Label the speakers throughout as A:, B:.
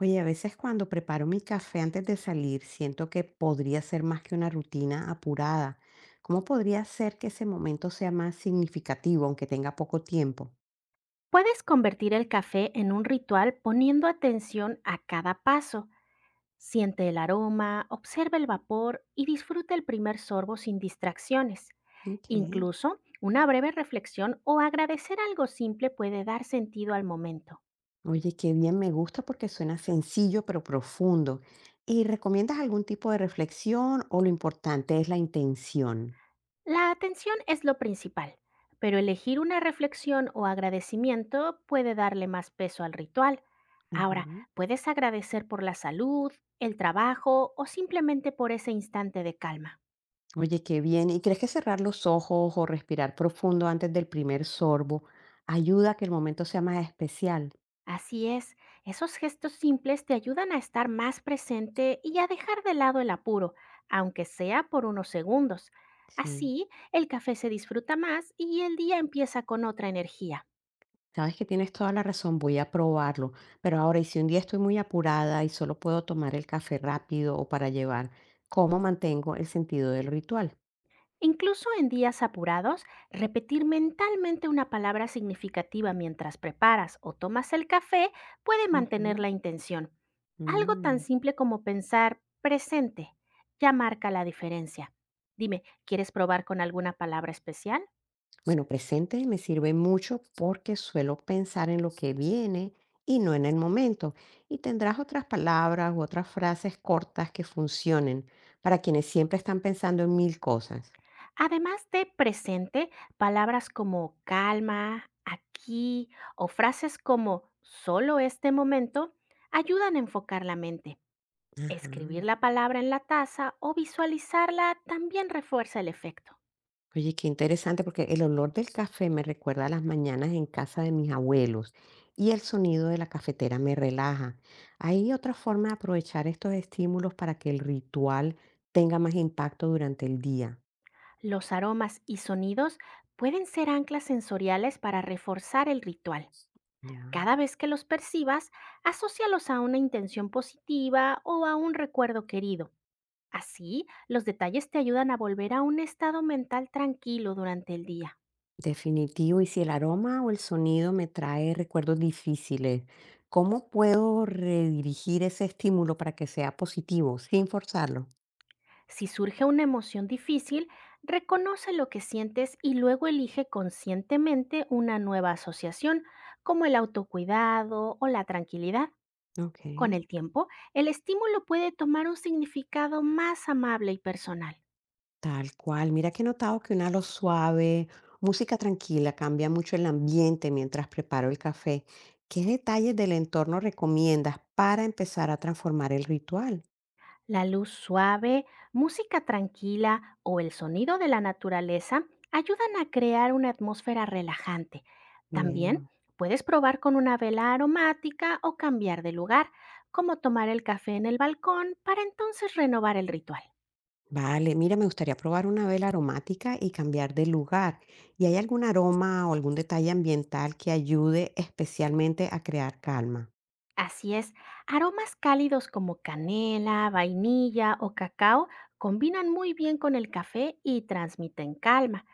A: Oye, a veces cuando preparo mi café antes de salir, siento que podría ser más que una rutina apurada. ¿Cómo podría hacer que ese momento sea más significativo, aunque tenga poco tiempo?
B: Puedes convertir el café en un ritual poniendo atención a cada paso. Siente el aroma, observa el vapor y disfruta el primer sorbo sin distracciones.
A: Ok.
B: Incluso una breve reflexión o agradecer algo simple puede dar sentido al momento.
A: Oye, qué bien, me gusta porque suena sencillo pero profundo. ¿Y recomiendas algún tipo de reflexión o lo importante es la intención?
B: La atención es lo principal, pero elegir una reflexión o agradecimiento puede darle más peso al ritual.
A: Ajá.
B: Ahora, puedes agradecer por la salud, el trabajo o simplemente por ese instante de calma.
A: Oye, qué bien. ¿Y crees que cerrar los ojos o respirar profundo antes del primer sorbo ayuda a que el momento sea más especial?
B: Así es, esos gestos simples te ayudan a estar más presente y a dejar de lado el apuro, aunque sea por unos segundos.
A: Sí.
B: Así, el café se disfruta más y el día empieza con otra energía.
A: Sabes que tienes toda la razón, voy a probarlo. Pero ahora, ¿y si un día estoy muy apurada y solo puedo tomar el café rápido o para llevar? ¿Cómo mantengo el sentido del ritual?
B: Incluso en días apurados, repetir mentalmente una palabra significativa mientras preparas o tomas el café puede mantener
A: Ujú,
B: la intención. Algo tan
A: mm.
B: simple como pensar presente ya marca la diferencia. Dime, ¿quieres probar con alguna palabra especial?
A: Bueno, presente me sirve mucho porque suelo pensar en lo que viene y no en el momento. Y tendrás otras palabras u otras frases cortas que funcionen para quienes siempre están pensando en mil cosas.
B: Además de presente, palabras como calma, aquí o frases como solo este momento ayudan a enfocar la mente. Escribir
A: Ajá.
B: la palabra en la taza o visualizarla también refuerza el efecto.
A: Oye, qué interesante, porque el olor del café me recuerda a las mañanas en casa de mis abuelos y el sonido de la cafetera me relaja. ¿Hay otra forma de aprovechar estos estímulos para que el ritual tenga más impacto durante el día?
B: Los aromas y sonidos pueden ser anclas sensoriales para reforzar el ritual.
A: Ya.
B: Cada vez que los percibas, asócialos a una intención positiva o a un recuerdo querido. Así, los detalles te ayudan a volver a un estado mental tranquilo durante el día.
A: Definitivo, y si el aroma o el sonido me trae recuerdos difíciles, ¿cómo puedo redirigir ese estímulo para que sea positivo sin forzarlo?
B: Si surge una emoción difícil, reconoce lo que sientes y luego elige conscientemente una nueva asociación, como el autocuidado o la tranquilidad.
A: Ok.
B: Con el tiempo, el estímulo puede tomar un significado más amable y personal.
A: Tal cual. Mira que he notado que un halo suave, música tranquila, cambia mucho el ambiente mientras preparo el café. ¿Qué detalles del entorno recomiendas para empezar a transformar el ritual?
B: La luz suave, música tranquila o el sonido de la naturaleza ayudan a crear una atmósfera relajante. También
A: Veo.
B: puedes probar con una vela aromática o cambiar de lugar, como tomar el café en el balcón para entonces renovar el ritual.
A: Vale, mira, me gustaría probar una vela aromática y cambiar de lugar. ¿Y hay algún aroma o algún detalle ambiental que ayude especialmente a crear calma?
B: Así es, aromas cálidos como canela, vainilla o cacao combinan muy bien con el café y transmiten calma.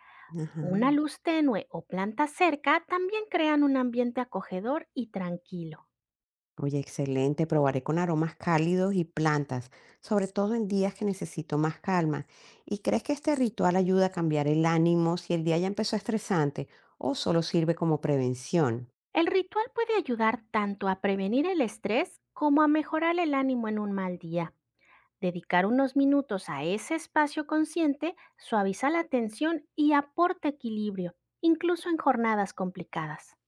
A: Ajá.
B: Una luz tenue o planta cerca también crean un ambiente acogedor y tranquilo.
A: Oye, excelente. Probaré con aromas cálidos y plantas, sobre todo en días que necesito más calma. ¿Y crees que este ritual ayuda a cambiar el ánimo si el día ya empezó estresante o solo sirve como prevención?
B: El ritual puede ayudar tanto a prevenir el estrés como a mejorar el ánimo en un mal día. Dedicar unos minutos a ese espacio consciente suaviza la tensión y aporta equilibrio, incluso en jornadas complicadas.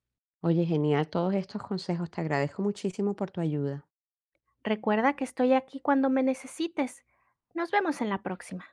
A: Oye, genial todos estos consejos. Te agradezco muchísimo por tu ayuda.
B: Recuerda que estoy aquí cuando me necesites. Nos vemos en la próxima.